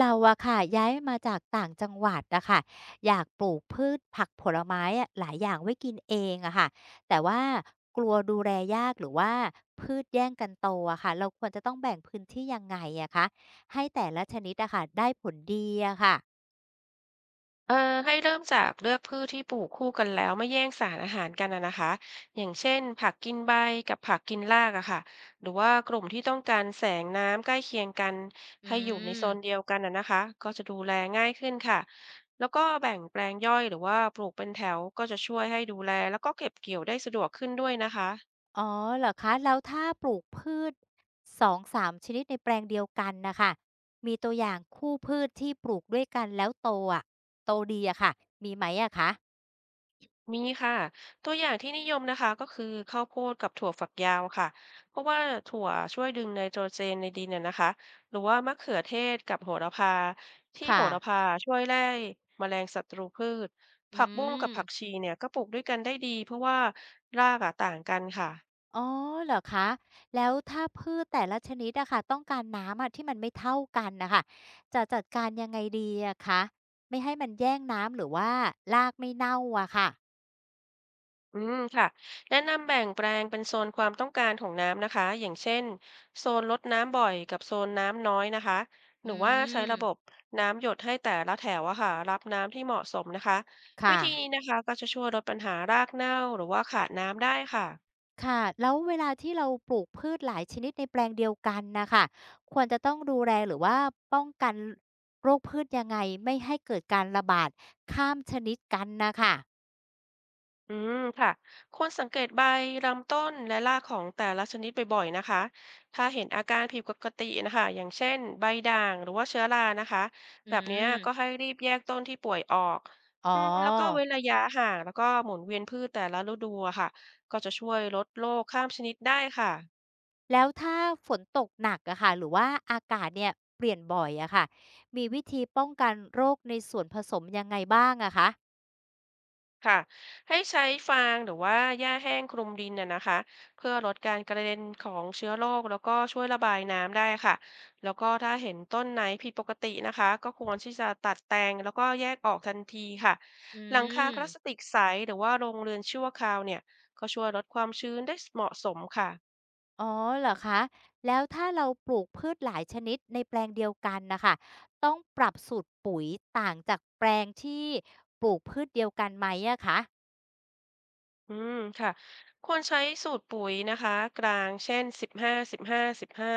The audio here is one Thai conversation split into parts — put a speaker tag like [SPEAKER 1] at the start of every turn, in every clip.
[SPEAKER 1] เราอะค่ะย้ายมาจากต่างจังหวัดอะค่ะอยากปลูกพืชผักผลไม้อะหลายอย่างไว้กินเองอะค่ะแต่ว่ากลัวดูแลยากหรือว่าพืชแย่งกันโตอะค่ะเราควรจะต้องแบ่งพื้นที่ยังไงอะคะให้แต่ละชนิดอะค่ะได้ผลดีอะค่ะ
[SPEAKER 2] เอ่อให้เริ่มจากเลือกพืชที่ปลูกคู่กันแล้วไม่แย่งสารอาหารกันอะนะคะอย่างเช่นผักกินใบกับผักกินรากอะค่ะหรือว่ากลุ่มที่ต้องการแสงน้ำใกล้เคียงกัน
[SPEAKER 1] อื
[SPEAKER 2] ให้อยู่ในโซ
[SPEAKER 1] ม
[SPEAKER 2] นเดียวกันอะนะคะก็จะดูแลง่ายขึ้นค่ะแล้วก็แบ่งแปลงย่อยหรือว่าปลูกเป็นแถวก็จะช่วยให้ดูแลแล้วก็เก็บเกี่ยวได้สะดวกขึ้นด้วยนะคะ
[SPEAKER 1] อ๋อเหรอคะแล้วถ้าปลูกพืชสองสามชนิดในแปลงเดียวกันนะคะมีตัวอย่างคู่พืชที่ปลูกด้วยกันแล้วโตอะโตดีอะค่ะมีไหมอะคะ
[SPEAKER 2] มีค่ะตัวอย่างที่นิยมนะคะก็คือข้าวโพดกับถั่วฝักยาวค่ะเพราะว่าถั่วช่วยดึงไนโตรเจนในดินน่ะนะคะหรือว่ามะเขือเทศกับโหระพาที่โห
[SPEAKER 1] ค่ะ
[SPEAKER 2] ระพาช่วยไล่แมลงศัตรูพืช
[SPEAKER 1] อื
[SPEAKER 2] ผักบุ้งกับ
[SPEAKER 1] ม
[SPEAKER 2] ผักชีเนี่ยก็ปลูกด้วยกันได้ดีเพราะว่ารากอะต่างกันค่ะ
[SPEAKER 1] อ๋อเหรอคะ แล้วถ้าพืชแต่ละชนิดอะค่ะต้องการน้ำอะที่มันไม่เท่ากันนะคะจะจัดการยังไงดีอะคะไม่ให้มันแย่งน้ำหรือว่ารากไม่เน่าอะค่ะ
[SPEAKER 2] ค่ะแนะนำแบ่งแปลงเป็นโซนความต้องการของน้ำนะคะอย่างเช่นโซนลดน้ำบ่อยกับโซนน้ำน้อยนะคะห
[SPEAKER 1] อื
[SPEAKER 2] รือว่าใช้
[SPEAKER 1] ม
[SPEAKER 2] ระบบน้ำหยดให้แต่ละแถวอะค่ะรับน้ำที่เหมาะสมนะคะวิ
[SPEAKER 1] ค่ะ
[SPEAKER 2] ธีนี้นะคะก็จะช่วยลดปัญหารากเน่าหรือว่าขาดน้ำได้ค่ะ
[SPEAKER 1] ค่ะแล้วเวลาที่เราปลูกพืชหลายชนิดในแปลงเดียวกันนะคะควรจะต้องดูแลหรือว่าป้องกันโรคพืชยังไงไม่ให้เกิดการระบาดข้ามชนิดกันนะคะ
[SPEAKER 2] อืมค่ะควรสังเกตใบลำต้นและรากของแต่ละชนิดบ่อยๆนะคะถ้าเห็นอาการผิดปกตินะคะอย่างเช่นใบด่างหรือว่าเชื้อรานะคะ
[SPEAKER 1] อื
[SPEAKER 2] แบบเนี้ยก็ให้
[SPEAKER 1] ม
[SPEAKER 2] รีบแยกต้นที่ป่วยออก
[SPEAKER 1] อ๋
[SPEAKER 2] แล้วก็
[SPEAKER 1] อ
[SPEAKER 2] เว้นระยะห่างแล้วก็หมุนเวียนพืชแต่ละฤดูอะค่ะก็จะช่วยลดโรคข้ามชนิดได้ค่ะ
[SPEAKER 1] แล้วถ้าฝนตกหนักอะค่ะหรือว่าอากาศเนี่ยเปลี่ยนบ่อยอะค่ะมีวิธีป้องกันโรคในส่วนผสมยังไงบ้างอะคะ
[SPEAKER 2] ค่ะให้ใช้ฟางหรือว่าหญ้าแห้งคลุมดินน่ะนะคะเพื่อลดการกระเด็นของเชื้อโรคแล้วก็ช่วยระบายน้ำได้ค่ะแล้วก็ถ้าเห็นต้นไหนผิดปกตินะคะก็ควรที่จะตัดแต่งแล้วก็แยกออกทันทีค่ะ
[SPEAKER 1] อื
[SPEAKER 2] หลังคาพลาส
[SPEAKER 1] ม
[SPEAKER 2] ติกใสหรือว่าโรงเรือนชั่วคราวเนี่ยก็ช่วยลดความชื้นได้เหมาะสมค่ะ
[SPEAKER 1] อ๋อเหรอคะแล้วถ้าเราปลูกพืชหลายชนิดในแปลงเดียวกันนะคะต้องปรับสูตรปุ๋ยต่างจากแปลงที่ปลูกพืชเดียวกันไหมอะคะ
[SPEAKER 2] อืมค่ะควรใช้สูตรปุ๋ยนะคะกลางเช่น15-15-15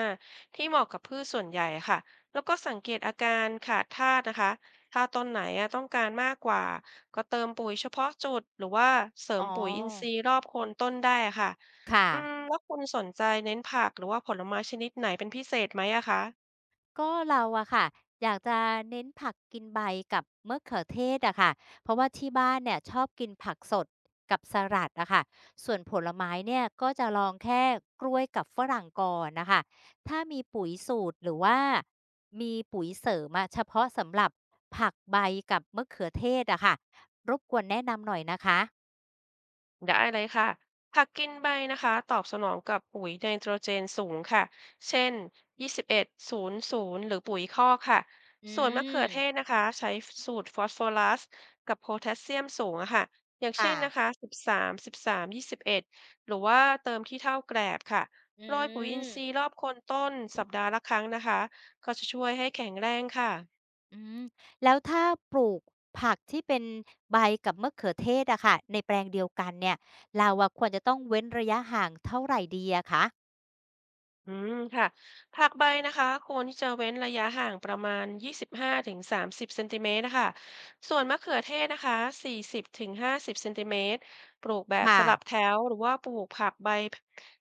[SPEAKER 2] ที่เหมาะกับพืชส่วนใหญ่ค่ะแล้วก็สังเกตอาการขาดธาตุนะคะถ้าต้นไหนอะต้องการมากกว่าก็เติมปุ๋ยเฉพาะจุดหรือว่าเสริ
[SPEAKER 1] อ๋
[SPEAKER 2] ม
[SPEAKER 1] อ
[SPEAKER 2] ปุ๋ยอินทรีย์รอบโคนต้นได้อะค่ะ
[SPEAKER 1] ค่ะ
[SPEAKER 2] แล้วคุณสนใจเน้นผักหรือว่าผลไม้ชนิดไหนเป็นพิเศษไหมอะคะ
[SPEAKER 1] ก็เราอะค่ะอยากจะเน้นผักกินใบกับมะเขือเทศอะค่ะเพราะว่าที่บ้านเนี่ยชอบกินผักสดกับสลัดอะค่ะส่วนผลไม้เนี่ยก็จะลองแค่กล้วยกับฝรั่งก่อนนะคะถ้ามีปุ๋ยสูตรหรือว่ามีปุ๋ยเสริมอะเฉพาะสำหรับผักใบกับมะเขือเทศอะค่ะรบกวนแนะนำหน่อยนะคะ
[SPEAKER 2] ได้เลยค่ะ ผักกินใบนะคะตอบสนองกับปุ๋ยไนโตรเจนสูงค่ะ เช่น2 1ย์ ศูนย์ หรือปุ๋ยคอกค่ะ
[SPEAKER 1] อื
[SPEAKER 2] ส่วนมะเขือเทศ
[SPEAKER 1] ม
[SPEAKER 2] นะคะใช้สูตรฟอสฟอรัสกับโพแทสเซียมสูงอะค่ะ อย่างเช่
[SPEAKER 1] ค่ะ
[SPEAKER 2] นนะคะ13 13 21หรือว่าเติมที่เท้าแกลบค่ะ
[SPEAKER 1] อื
[SPEAKER 2] โรยปุ๋ยอิน
[SPEAKER 1] ม
[SPEAKER 2] ทรีย์รอบโคนต้นสัปดาห์ละครั้งนะคะ ก็จะช่วยให้แข็งแรงค่ะ
[SPEAKER 1] อืมแล้วถ้าปลูกผักที่เป็นใบกับมะเขือเทศอะค่ะในแปลงเดียวกันเนี่ยเราอะควรจะต้องเว้นระยะห่างเท่าไหรดีอะคะ
[SPEAKER 2] ค่ะผักใบนะคะควรที่จะเว้นระยะห่างประมาณ25 ถึง 30 เซนติเมตรนะคะส่วนมะเขือเทศนะคะ40 ถึง 50 เซนติเมตรปลูกแบบส
[SPEAKER 1] ค่ะ
[SPEAKER 2] ลับแถวหรือว่าปลูกผักใบ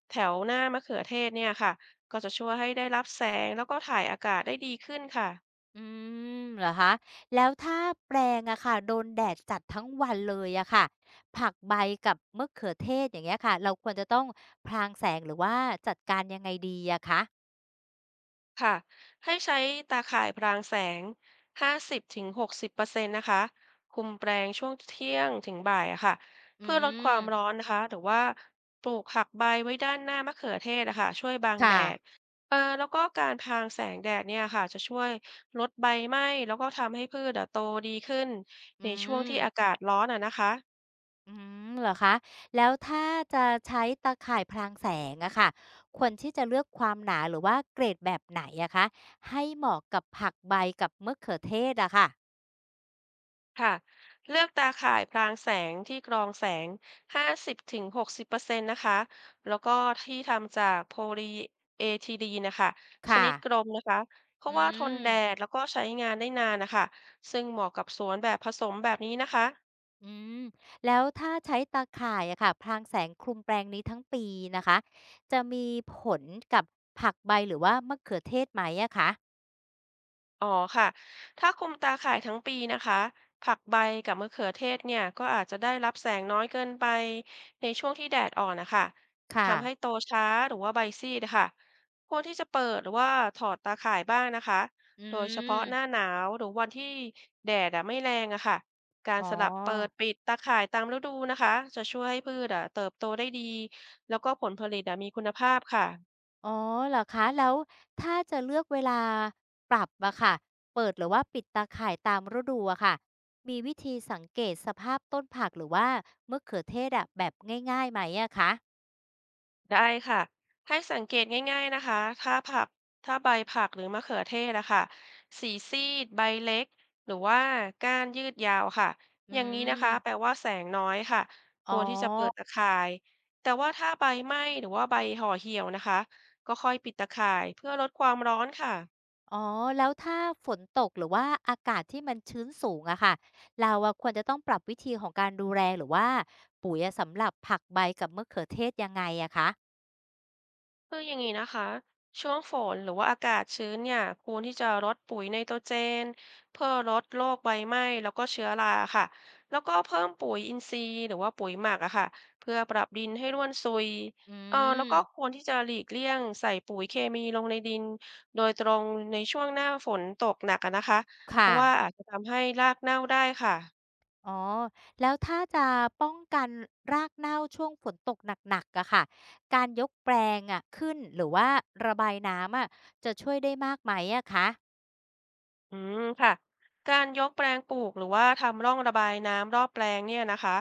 [SPEAKER 2] แถวหน้ามะเขือเทศเนี่ยค่ะก็จะช่วยให้ได้รับแสงแล้วก็ถ่ายอากาศได้ดีขึ้นค่ะ
[SPEAKER 1] อืมเหรอคะแล้วถ้าแปลงอะค่ะโดนแดดจัดทั้งวันเลยอะค่ะผักใบกับมะเขือเทศอย่างเงี้ยค่ะเราควรจะต้องพรางแสงหรือว่าจัดการยังไงดีอะคะ
[SPEAKER 2] ค่ะให้ใช้ตาข่ายพรางแสง 50ถึง60%นต์นะคะคุมแปลงช่วงเที่ยงถึงบ่ายอะค่ะ
[SPEAKER 1] อื
[SPEAKER 2] เพื่อลดความร้อ
[SPEAKER 1] ม
[SPEAKER 2] นนะคะหรือว่าปลูกผักใบไว้ด้านหน้ามะเขือเทศอะค่ะช่วยบังแด
[SPEAKER 1] ค่ะ
[SPEAKER 2] ดแล้วก็การพรางแสงแดดเนี่ยค่ะจะช่วยลดใบไหม้แล้วก็ทำให้พืชอะโตดีขึ้น
[SPEAKER 1] อื
[SPEAKER 2] ในช่วง
[SPEAKER 1] ม
[SPEAKER 2] ที่อากาศร้อนอะนะคะ
[SPEAKER 1] อืมเหรอคะแล้วถ้าจะใช้ตาข่ายพรางแสงอะค่ะควรที่จะเลือกความหนาหรือว่าเกรดแบบไหนอะคะให้เหมาะกับผักใบกับมะเขือเทศอะค่ะ
[SPEAKER 2] ค่ะเลือกตาข่ายพรางแสงที่กรองแสง 50 60เปอร์เซ็นต์นะคะแล้วก็ที่ทำจากโพลีเอทิลีนนะคะชนิดกล
[SPEAKER 1] ค่ะ
[SPEAKER 2] มนะคะเพ
[SPEAKER 1] อื
[SPEAKER 2] ราะว่าทนแด
[SPEAKER 1] ม
[SPEAKER 2] ดแล้วก็ใช้งานได้นานนะคะซึ่งเหมาะกับสวนแบบผสมแบบนี้นะคะ
[SPEAKER 1] อืมแล้วถ้าใช้ตาข่ายอะค่ะพรางแสงคลุมแปลงนี้ทั้งปีนะคะจะมีผลกับผักใบหรือว่ามะเขือเทศไหมอะคะ
[SPEAKER 2] อ๋อค่ะถ้าคลุมตาข่ายทั้งปีนะคะผักใบกับมะเขือเทศเนี่ยก็อาจจะได้รับแสงน้อยเกินไปในช่วงที่แดดอ่อนนะคะ
[SPEAKER 1] ค่ะ
[SPEAKER 2] ทำให้โตช้าหรือว่าใบซีดนะคะควรที่จะเปิดหรือว่าถอดตาข่ายบ้างนะคะ
[SPEAKER 1] อื
[SPEAKER 2] โดยเฉพาะหน้า
[SPEAKER 1] ม
[SPEAKER 2] หนาวหรือวันที่แดดอะไม่แรงอะค่ะการ
[SPEAKER 1] อ๋อ
[SPEAKER 2] สลับเปิดปิดตาข่ายตามฤดูนะคะจะช่วยให้พืชอะเติบโตได้ดีแล้วก็ผลผลิตอะมีคุณภาพค่ะ
[SPEAKER 1] อ๋อเหรอคะแล้วถ้าจะเลือกเวลาปรับอะค่ะเปิดหรือว่าปิดตาข่ายตามฤดูอะค่ะมีวิธีสังเกตสภาพต้นผักหรือว่ามะเขือเทศอะแบบง่ายๆไหมอะคะ
[SPEAKER 2] ได้ค่ะให้สังเกตง่ายๆนะคะถ้าใบผักหรือมะเขือเทศอะค่ะสีซีดใบเล็กหรือว่าก้านยืดยาวค่ะ
[SPEAKER 1] อื
[SPEAKER 2] อย่างนี้นะ
[SPEAKER 1] ม
[SPEAKER 2] คะแปลว่าแสงน้อยค่ะค
[SPEAKER 1] อ๋
[SPEAKER 2] วรที่จะเปิด
[SPEAKER 1] อ
[SPEAKER 2] ตะข่ายแต่ว่าถ้าใบไหม้หรือว่าใบห่อเหี่ยวนะคะก็ค่อยปิดตะข่ายเพื่อลดความร้อนค่ะ
[SPEAKER 1] อ๋อแล้วถ้าฝนตกหรือว่าอากาศที่มันชื้นสูงอะค่ะเราอะควรจะต้องปรับวิธีของการดูแลหรือว่าปุ๋ยอะสำหรับผักใบกับมะเขือเทศยังไงอะคะ
[SPEAKER 2] คืออย่างนี้นะคะช่วงฝนหรือว่าอากาศชื้นเนี่ยควรที่จะรดปุ๋ยไนโตรเจนเพื่อลดโรคใบไหม้แล้วก็เชื้อราค่ะแล้วก็เพิ่มปุ๋ยอินทรีย์หรือว่าปุ๋ยหมักอะค่ะเพื่อปรับดินให้ร่วนซุย
[SPEAKER 1] อื
[SPEAKER 2] แล้วก็ค
[SPEAKER 1] ม
[SPEAKER 2] วรที่จะหลีกเลี่ยงใส่ปุ๋ยเคมีลงในดินโดยตรงในช่วงหน้าฝนตกหนักอะนะคะเพ
[SPEAKER 1] ค่ะ
[SPEAKER 2] ราะว่าอาจจะทำให้รากเน่าได้ค่ะ
[SPEAKER 1] อ๋อแล้วถ้าจะป้องกันรากเน่าช่วงฝนตกหนักๆอะค่ะการยกแปลงอะขึ้นหรือว่าระบายน้ำอะจะช่วยได้มากไหมอะคะ
[SPEAKER 2] ค่ะการยกแปลงปลูกหรือว่าทำร่องระบายน้ำรอบแปลงเนี่ยนะคะ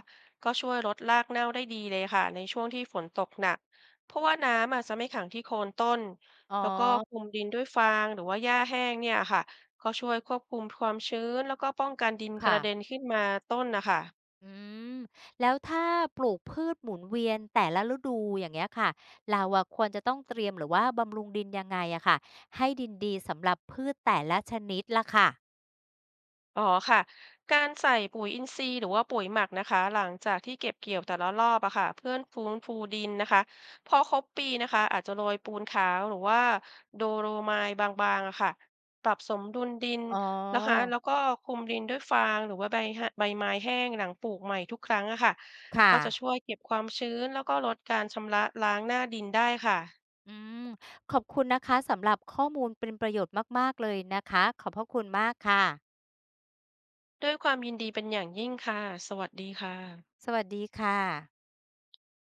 [SPEAKER 2] ก็ช่วยลดรากเน่าได้ดีเลยค่ะในช่วงที่ฝนตกหนักเพราะว่าน้ำอาจจะไม่ขังที่โคนต้น
[SPEAKER 1] อ๋อ
[SPEAKER 2] แล้วก็คลุมดินด้วยฟางหรือว่าหญ้าแห้งเนี่ยค่ะก็ช่วยควบคุมความชื้นแล้วก็ป้องกันดินก
[SPEAKER 1] ค่ะ
[SPEAKER 2] ระเด็นขึ้นมาต้นนะคะ
[SPEAKER 1] อืมแล้วถ้าปลูกพืชหมุนเวียนแต่ละฤดูอย่างเงี้ยค่ะเราอะควรจะต้องเตรียมหรือว่าบำรุงดินยังไงอะค่ะให้ดินดีสำหรับพืชแต่ละชนิดล่ะค่ะ
[SPEAKER 2] อ๋อค่ะการใส่ปุ๋ยอินทรีย์หรือว่าปุ๋ยหมักนะคะหลังจากที่เก็บเกี่ยวแต่ละรอบอะค่ะเพื่อฟื้นฟูดินนะคะพอครบปีนะคะอาจจะโรยปูนขาวหรือว่าโดโลไมต์บางๆอะค่ะปรับสมดุลดิน
[SPEAKER 1] อ๋อ
[SPEAKER 2] นะคะแล้วก็คลุมดินด้วยฟางหรือว่าใบไม้แห้งหลังปลูกใหม่ทุกครั้งอะค่ะ
[SPEAKER 1] ค่ะ
[SPEAKER 2] ก็จะช่วยเก็บความชื้นแล้วก็ลดการชำระล้างหน้าดินได้ค่ะ
[SPEAKER 1] อืมขอบคุณนะคะสำหรับข้อมูลเป็นประโยชน์มากๆเลยนะคะขอบพระคุณมากค่ะ
[SPEAKER 2] ด้วยความยินดีเป็นอย่างยิ่งค่ะสวัสดีค่ะ
[SPEAKER 1] สวัสดีค่ะ